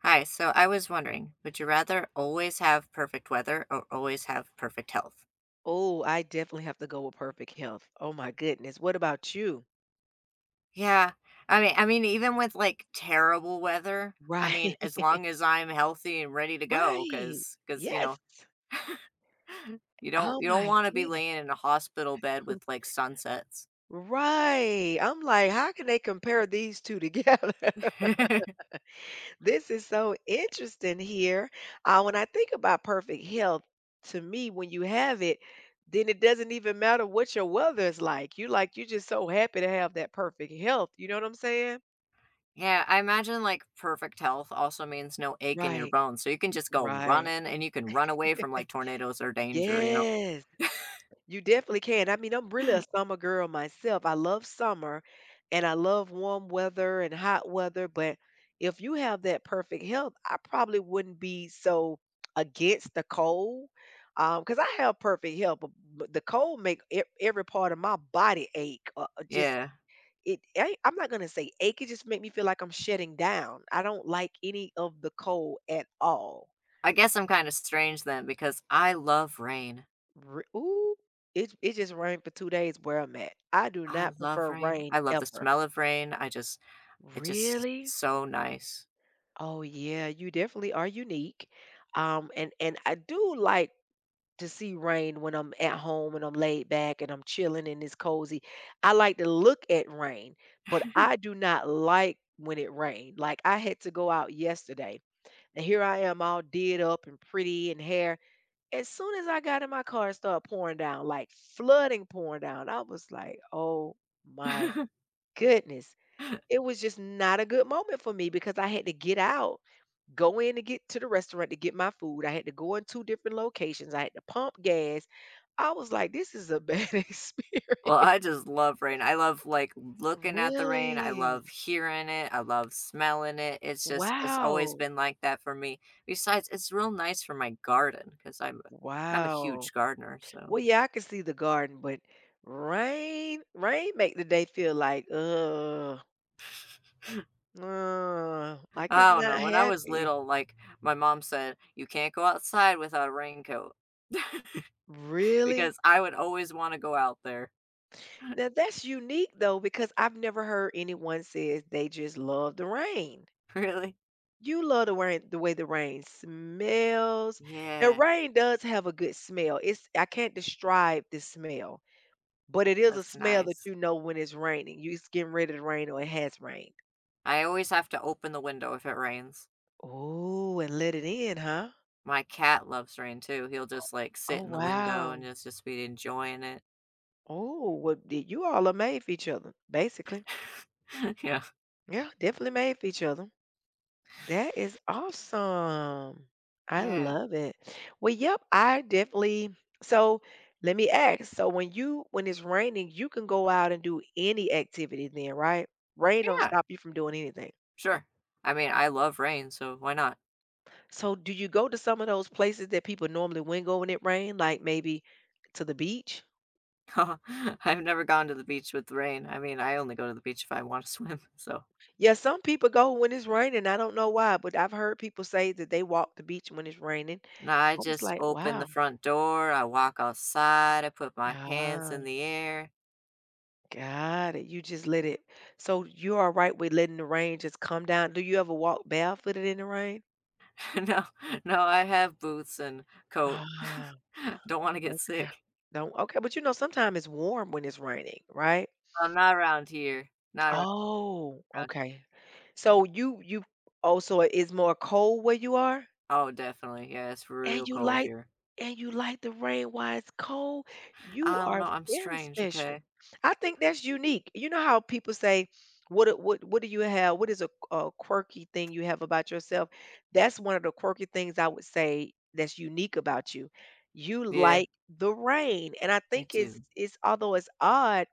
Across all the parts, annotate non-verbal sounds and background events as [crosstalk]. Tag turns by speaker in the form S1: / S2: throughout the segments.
S1: Hi, so I was wondering, would you rather always have perfect weather or always have perfect health?
S2: Oh, I definitely have to go with perfect health. Oh my goodness. What about you?
S1: Yeah. I mean even with like terrible weather, I
S2: Right.
S1: mean as
S2: [laughs]
S1: long as I'm healthy and ready to go
S2: Right.
S1: cuz cuz you
S2: Yes.
S1: know, [laughs] you don't
S2: Oh
S1: you don't
S2: my
S1: want to be
S2: goodness.
S1: laying in a hospital bed with
S2: [laughs]
S1: like sunsets.
S2: Right. I'm like, how can they compare these two together? [laughs]
S1: [laughs]
S2: This is so interesting here. When I think about perfect health, to me, when you have it, then it doesn't even matter what your weather is like. You like, you're just so happy to have that perfect health. You know what I'm saying?
S1: Yeah, I imagine like perfect health also means no ache in your
S2: Right.
S1: bones. So you can just go
S2: Right.
S1: running and you can run away from like tornadoes or danger.
S2: Yes. You definitely can. I mean, I'm really a summer girl myself. I love summer and I love warm weather and hot weather. But if you have that perfect health, I probably wouldn't be so against the cold. Because I have perfect health, but the cold make every part of my body ache. Just
S1: Yeah.
S2: I'm not gonna say ache. It just make me feel like I'm shutting down. I don't like any of the cold at all.
S1: I guess I'm kind of strange then because I love rain.
S2: Re Ooh, it just rained for 2 days where I'm at. I do
S1: I
S2: not
S1: love
S2: prefer
S1: rain.
S2: rain
S1: I love the
S2: ever.
S1: smell of rain. I just it's just
S2: Really?
S1: so nice.
S2: Oh, yeah, you definitely are unique, and I do like to see rain when I'm at home and I'm laid back and I'm chilling and it's cozy. I like to look at rain, but I do not like when it rained. Like, I had to go out yesterday, and here I am all did up and pretty and hair. As soon as I got in my car, it started pouring down, like flooding pouring down. I was like, "Oh my
S1: [laughs]
S2: goodness." It was just not a good moment for me because I had to get out, go in to get to the restaurant to get my food. I had to go in 2 different locations. I had to pump gas. I was like, "This is a bad [laughs] experience."
S1: Well, I just love rain. I love, like, looking at the rain. I
S2: Really?
S1: love hearing it. I love smelling it. It's just it's always
S2: Wow.
S1: been like that for me. Besides, it's real nice for my garden because 'cause I'm I I'm a
S2: Wow.
S1: huge gardener, so
S2: Well, yeah, I could see the garden, but rain make the day feel like, ugh. Like it's
S1: I don't
S2: not
S1: know. When I was
S2: happy.
S1: little, like, my mom said, "You can't go outside without a raincoat," [laughs]
S2: Really?
S1: because I would always wanna go out there.
S2: Now that's unique though, because I've never heard anyone says they just love the rain.
S1: [laughs] Really?
S2: You love the rain, the way the rain smells. Now,
S1: Yeah.
S2: rain does have a good smell. It's I can't describe the smell, but it is a
S1: That's
S2: smell that
S1: nice.
S2: you know when it's raining. You It's getting ready to rain or it has rained.
S1: I always have to open the window if it rains.
S2: Oh, and let it in, huh?
S1: My cat loves rain too. He'll just, like,
S2: Oh
S1: sit in the window and
S2: wow.
S1: just be enjoying it.
S2: Oh, well, you all are made for each other, basically.
S1: [laughs] Yeah.
S2: Yeah, definitely made for each other. That is awesome. I
S1: Yeah.
S2: love it. Well, yep, I definitely so Let me ask. So when it's raining, you can go out and do any activity then, right? Rain don't
S1: Yeah.
S2: stop you from doing anything.
S1: Sure. I mean, I love rain, so why not?
S2: So do you go to some of those places that people normally wouldn't go when it rain, like maybe to the beach?
S1: [laughs] I've never gone to the beach with rain. I mean, I only go to the beach if I wanna swim, [laughs] so
S2: Yeah, some people go when it's raining. I don't know why, but I've heard people say that they walk the beach when it's raining.
S1: no, I
S2: I was
S1: just
S2: like,
S1: open the
S2: wow.
S1: front door, I walk outside, I put my hands in
S2: Ah.
S1: the air.
S2: Got it. You just let it. So you're all right with letting the rain just come down. Do you ever walk barefooted in the rain?
S1: [laughs] No, no, I have boots and coat.
S2: Ah,
S1: [laughs] Don't wanna get
S2: okay.
S1: sick.
S2: Don't Okay, but you know sometimes it's warm when it's raining, right?
S1: Well, not around here. Not around.
S2: Oh, okay. So you also it's more cold where you are?
S1: Oh, definitely. Yeah, it's
S2: and
S1: real
S2: you
S1: cold
S2: like
S1: here.
S2: the rain while it's cold, you
S1: I don't
S2: are
S1: know, I'm
S2: very
S1: strange,
S2: special.
S1: okay?
S2: I think that's unique. You know how people say, "What what do you have? What is a quirky thing you have about yourself?" That's one of the quirky things I would say that's unique about you. You
S1: Yeah,
S2: like the rain, and I
S1: I
S2: think it's
S1: do.
S2: it's although it's odd,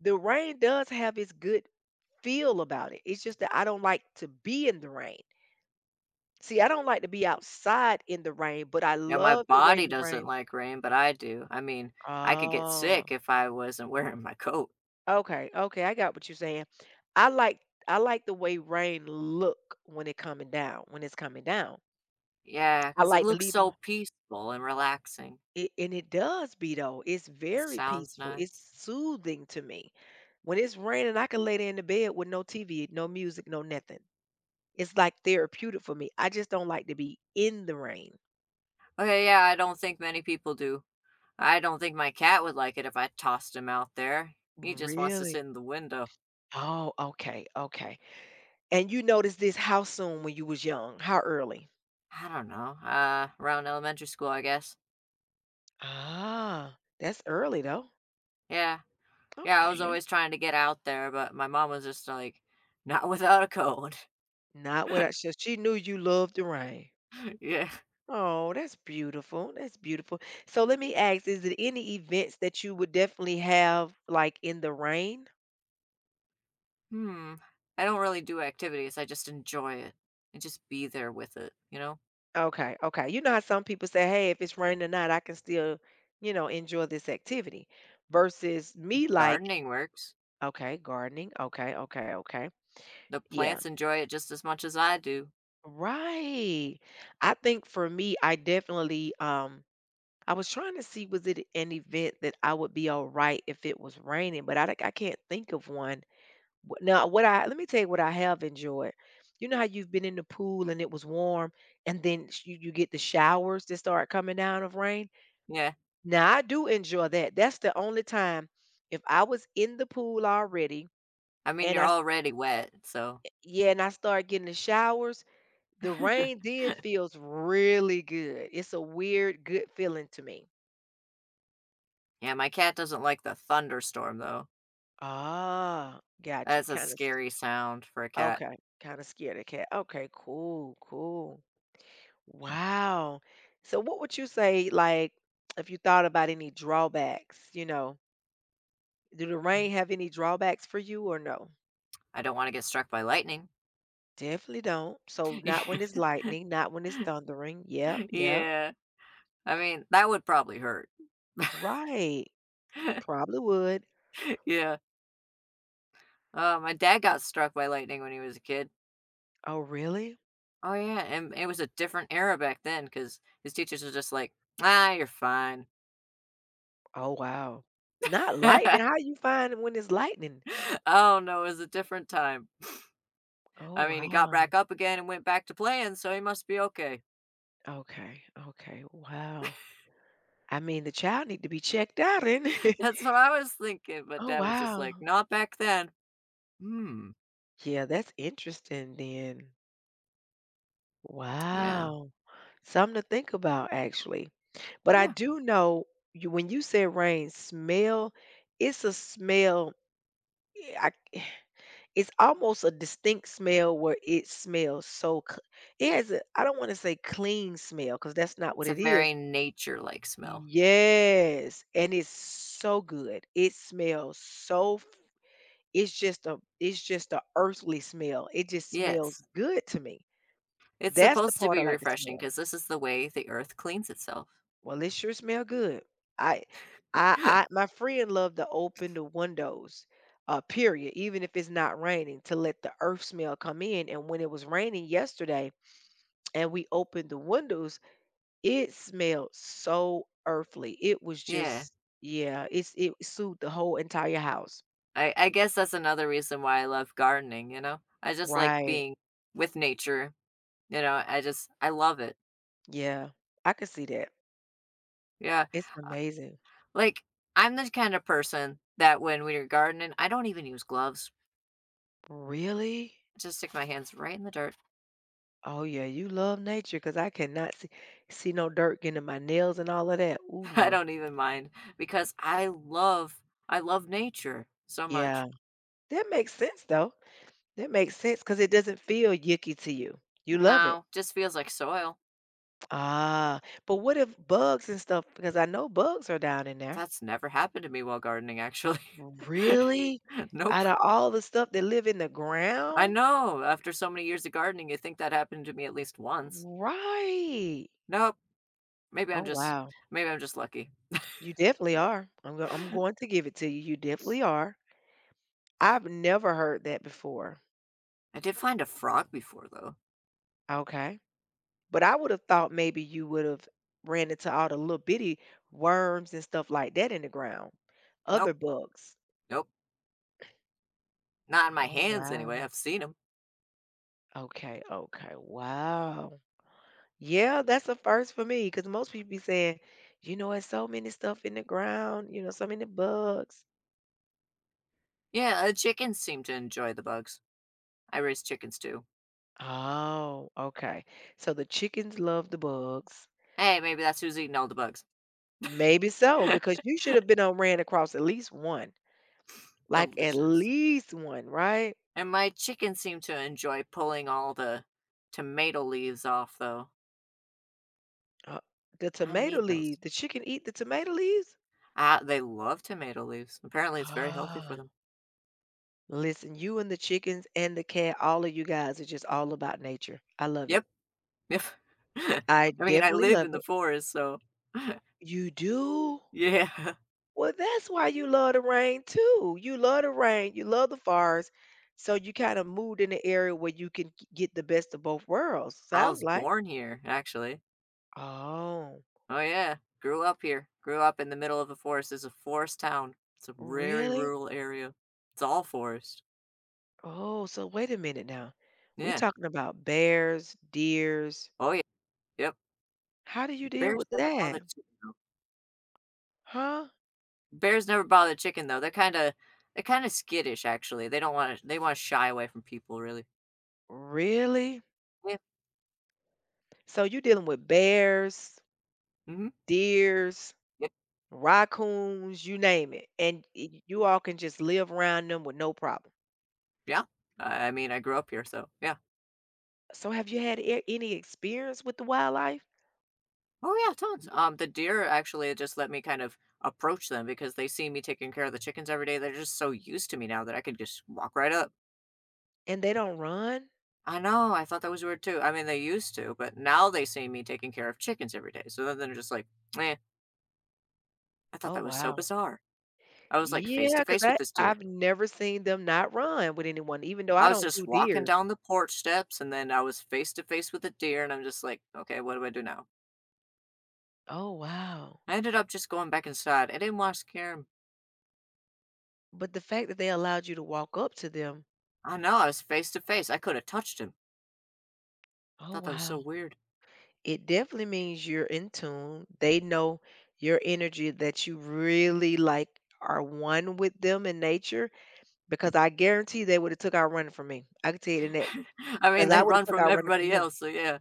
S2: the rain does have its good feel about it. It's just that I don't like to be in the rain. See, I don't like to be outside in the rain, but I
S1: Yeah, my
S2: love the way
S1: body
S2: the
S1: doesn't
S2: rain
S1: like rain, but I do. I mean, I could get
S2: Oh,
S1: sick if I wasn't [laughs] wearing my coat.
S2: okay, okay, I got what you're saying. I like I like the way rain look when it coming down, when it's coming down.
S1: Yeah,
S2: I
S1: 'cause it
S2: like to
S1: looks
S2: leave 'em
S1: so peaceful and relaxing.
S2: It, and it does be though. It's
S1: It
S2: very
S1: sounds
S2: peaceful. It's
S1: nice.
S2: soothing to me. When it's raining, I can lay there in the bed with no TV, no music, no nothing. It's like therapeutic for me. I just don't like to be in the rain.
S1: Okay, yeah, I don't think many people do. I don't think my cat would like it if I tossed him out there. He just wants to
S2: Really?
S1: sit in the window.
S2: Oh, okay, okay. And you noticed this how soon when you was young? How early?
S1: I don't know. Around elementary school, I guess.
S2: Ah, that's early though.
S1: Yeah, yeah, I was
S2: Okay.
S1: always trying to get out there, but my mom was just like, "Not [laughs] without a cone."
S2: Not
S1: [laughs]
S2: without, so she knew you loved the rain.
S1: Yeah.
S2: Oh, that's beautiful. That's beautiful. So let me ask, is it any events that you would definitely have like in the rain?
S1: Hmm. I don't really do activities, I just enjoy it, and just be there with it, you know?
S2: Okay, okay. You know how some people say, hey, if it's raining or not, I can still, you know, enjoy this activity. Versus me like,
S1: Gardening works.
S2: okay, gardening. Okay, okay, okay.
S1: The
S2: Yeah.
S1: plants enjoy it just as much as I do.
S2: Right. I think for me, I definitely I was trying to see was it an event that I would be all right if it was raining, but I I can't think of one. Wh- Now, what I let me tell you what I have enjoyed. You know how you've been in the pool and it was warm, and then you get the showers that start coming down of rain.
S1: Yeah.
S2: Now, I do enjoy that. That's the only time if I was in the pool already
S1: I mean,
S2: and I
S1: you're
S2: s-
S1: already wet, so
S2: yeah, and I start getting the showers The rain
S1: [laughs]
S2: then feels really good. It's a weird good feeling to me.
S1: yeah, my cat doesn't like the thunderstorm, though.
S2: Ah, got you.
S1: That's a scary sound for a cat.
S2: Okay, kind of scared of cat. Okay, cool, cool. Wow. So, what would you say, like, if you thought about any drawbacks, you know, do the
S1: Mm.
S2: rain have any drawbacks for you or no?
S1: I don't wanna get struck by lightning.
S2: Definitely don't. So,
S1: [laughs]
S2: not
S1: Yeah.
S2: when it's lightning, not when it's thundering. Yep, yep.
S1: Yeah. I mean, that would probably hurt.
S2: Right.
S1: [laughs]
S2: Probably would.
S1: Yeah. My dad got struck by lightning when he was a kid.
S2: Oh, really?
S1: Oh yeah, and it was a different era back then because his teachers were just like, "Ah, you're fine."
S2: Oh, wow. Not lightning? How
S1: [laughs]
S2: you find when it's lightning?
S1: Oh no, it was a different time.
S2: Oh,
S1: I mean, he got
S2: wow.
S1: back up again and went back to playing, so he must be okay.
S2: Okay, okay, wow. I mean, the child need to be checked out, and
S1: [laughs]
S2: [laughs]
S1: That's what I was thinking, but
S2: Oh,
S1: dad was just like,
S2: wow.
S1: "Not back then." Hmm.
S2: Yeah, that's interesting then.
S1: Yeah.
S2: Wow. Something to think about, actually. But I
S1: Yeah.
S2: do know you when you said rain smell, it's a smell. eh, I It's almost a distinct smell where it smells so c it has a I don't wanna say clean smell because that's not what
S1: It's a
S2: it is.
S1: very nature-like smell.
S2: Yes, and it's so good. It smells so f it's just a earthly smell. It just
S1: Yes.
S2: smells good to me.
S1: It's
S2: That's the
S1: supposed to
S2: part I
S1: be
S2: like to
S1: refreshing
S2: smell.
S1: because this is the way the earth cleans itself.
S2: Well, it sure smell good. I I
S1: [laughs]
S2: my friend loved to open the windows, period, even if it's not raining, to let the earth smell come in, and when it was raining yesterday and we opened the windows, it smelled so earthly. It was
S1: Yeah.
S2: just, yeah, it's it soothed the whole entire house.
S1: I guess that's another reason why I love gardening, you know? I just like
S2: Right.
S1: being with nature, you know? I just I love it.
S2: Yeah. I can see that.
S1: Yeah.
S2: It's
S1: Uh,
S2: amazing.
S1: Like, I'm the kind of person that when we're gardening, I don't even use gloves.
S2: Really?
S1: I just stick my hands right in the dirt.
S2: Oh yeah, you love nature because I cannot see no dirt getting in my nails and all of that. Ooh
S1: [laughs] I
S2: no.
S1: don't even mind because I love nature so
S2: Yeah.
S1: much.
S2: That makes sense though. That makes sense because it doesn't feel yucky to you. You love it.
S1: No, just feels like soil.
S2: Ah, but what if bugs and stuff? Because I know bugs are down in there.
S1: That's never happened to me while gardening, actually. [laughs]
S2: Really?
S1: Nope.
S2: Out of all the stuff that live in the
S1: I
S2: ground?
S1: know. After so many years of gardening, you think that happened to me at least once.
S2: Right.
S1: Nope. Maybe
S2: Oh,
S1: I'm just
S2: wow.
S1: maybe I'm just lucky.
S2: You definitely are. I'm going to give it to you. You definitely are. I've never heard that before.
S1: I did find a frog before though.
S2: Okay. But I would have thought maybe you would have ran into all the little bitty worms and stuff like that in the ground,
S1: Nope,
S2: other bugs.
S1: nope. Not in my
S2: Oh,
S1: hands anyway.
S2: wow.
S1: I've seen them.
S2: Okay, okay. Wow. Yeah, that's a first for me because most people be saying, you know, it's so many stuff in the ground, you know, so many bugs.
S1: Yeah, chickens seem to enjoy the bugs. I raise chickens too.
S2: Oh, okay. So the chickens love the bugs.
S1: Hey, maybe that's who's eating all the bugs.
S2: Maybe so,
S1: [laughs]
S2: because you should have been on ran across at least one, like at
S1: Delicious.
S2: least one, right?
S1: And my chickens seem to enjoy pulling all the tomato leaves off though.
S2: Uh, the
S1: I
S2: tomato
S1: need those.
S2: leaves, the chicken eat the tomato leaves.
S1: Ah, they love tomato leaves. Apparently it's very healthy for
S2: Ah,
S1: them.
S2: listen, you and the chickens and the cat, all of you guys are just all about nature. I love
S1: Yep.
S2: it.
S1: Yep. [laughs] I
S2: I
S1: mean, I
S2: definitely
S1: live
S2: love
S1: in the
S2: it.
S1: forest, so
S2: You do?
S1: [laughs] yeah.
S2: Well, that's why you love the rain too. You love the rain, you love the forest, so you kinda moved in an area where you can g get the best of both worlds,
S1: I
S2: sounds
S1: was
S2: like.
S1: born here, actually.
S2: Oh,
S1: Oh yeah, grew up here. Grew up in the middle of the forest. It's a forest town. It's a very
S2: really?
S1: rural area. It's all forest.
S2: Oh, so wait a minute now. We
S1: Yeah.
S2: talking about bears, deers.
S1: Oh yeah. Yep.
S2: How do you deal
S1: Bears
S2: with
S1: never
S2: that?
S1: bother chicken though.
S2: Huh?
S1: Bears never bother chicken though. They're kinda skittish actually. They don't wanna they wanna shy away from people really.
S2: Really?
S1: Yeah.
S2: So you dealing with bears,
S1: Mhm.
S2: deers,
S1: Yep.
S2: raccoons, you name it, and y you all can just live around them with no problem?
S1: Yeah. I mean I grew up here, so yeah.
S2: So have you had a any experience with the wildlife
S1: Oh yeah, tons. The deer actually just let me kind of approach them because they see me taking care of the chickens every day. They're just so used to me now that I could just walk right up.
S2: and they don't run?
S1: I know, I thought that was weird too. I mean, they used to, but now they see me taking care of chickens every day. So then they're just like, "Eh, I thought
S2: Oh,
S1: that was so
S2: wow.
S1: bizarre. I was like face
S2: Yeah,
S1: to
S2: 'cause
S1: face with this
S2: I've
S1: deer.
S2: never seen them not run with anyone, even though I
S1: I was
S2: don't do
S1: just walking
S2: deer.
S1: down the porch steps and then I was face to face with a deer and I'm just like, okay, what do I do now?
S2: Oh, wow.
S1: I ended up just going back inside. I didn't want to scare him.
S2: But the fact that they allowed you to walk up to them,
S1: I know, I was face to face. I could have touched him.
S2: oh,
S1: Thought that was
S2: wow.
S1: so weird.
S2: It definitely means you're in tune. They know your energy that you really, like, are one with them in nature because I guarantee they would've took out running from me. I could tell you that now
S1: [laughs] I mean,
S2: 'cause I
S1: they
S2: would've
S1: run
S2: took
S1: from
S2: out running from
S1: everybody
S2: them.
S1: else. So yeah.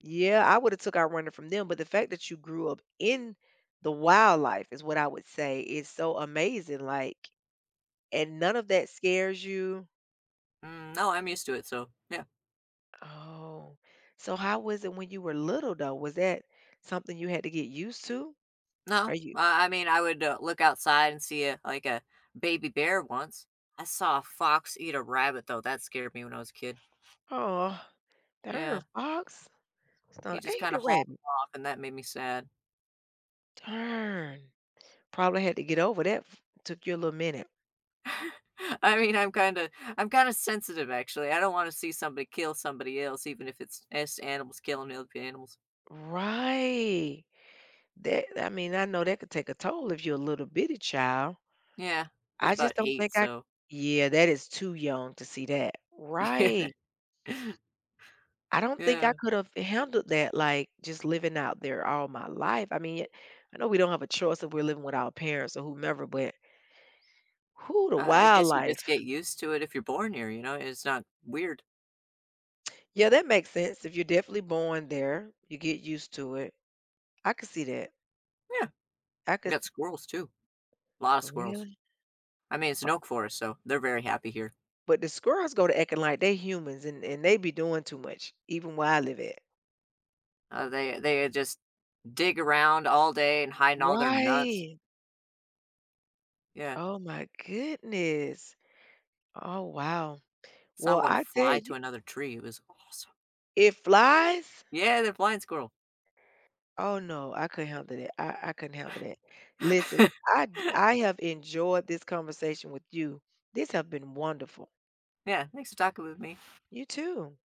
S2: Yeah, I would have took our running from them, but the fact that you grew up in the wildlife is what I would say is so amazing. Like, and none of that scares you.
S1: Mm, no, I'm used to it. So yeah.
S2: Oh, so how was it when you were little though? Was that something you had to get used to?
S1: No,
S2: Are you?
S1: I mean, I would, look outside and see a like, a baby bear once. I saw a fox eat a rabbit, though, that scared me when I was a kid.
S2: Oh, darn
S1: Yeah,
S2: fox,
S1: he
S2: stung-
S1: just
S2: ate
S1: kinda
S2: the
S1: hauled
S2: rabbit.
S1: off, and that made me sad.
S2: Darn, probably had to get over that. Took you a little minute,
S1: [laughs] I mean, I'm kinda sensitive, actually, I don't wanna see somebody kill somebody else, even if it's animals killing other animals.
S2: right? That I mean, I know that could take a toll if you're a little bitty child.
S1: Yeah, I was
S2: I just
S1: about
S2: don't
S1: 8,
S2: think I
S1: so
S2: Yeah, that is too young to see that.
S1: [laughs] yeah.
S2: Right. I don't think I
S1: Yeah,
S2: could have handled that, like, just living out there all my life. I mean, I know we don't have a choice if we're living with our parents or whomever, but who the
S1: I guess you just
S2: wildlife.
S1: get used to it if you're born here, you know, it's not weird.
S2: Yeah, that makes sense. If you're definitely born there, you get used to it. I could see that.
S1: Yeah,
S2: I
S1: we
S2: could
S1: got squirrels, too, a lot of squirrels.
S2: Really?
S1: I mean, it's
S2: Uh,
S1: an oak forest, so they're very happy here.
S2: But the squirrels go to acting like they humans and they be doing too much, even where I live at.
S1: They just dig around all day and hide in all their nuts.
S2: Right.
S1: Yeah,
S2: Oh my goodness. Oh wow.
S1: saw
S2: Well,
S1: one
S2: I tell
S1: fly
S2: you,
S1: to another tree. It was awesome.
S2: it flies?
S1: Yeah, the blind squirrel.
S2: Oh, no, I couldn't handle that. I couldn't handle that. Listen,
S1: [laughs]
S2: I have enjoyed this conversation with you. This have been wonderful.
S1: Yeah, thanks for talking with me.
S2: You too.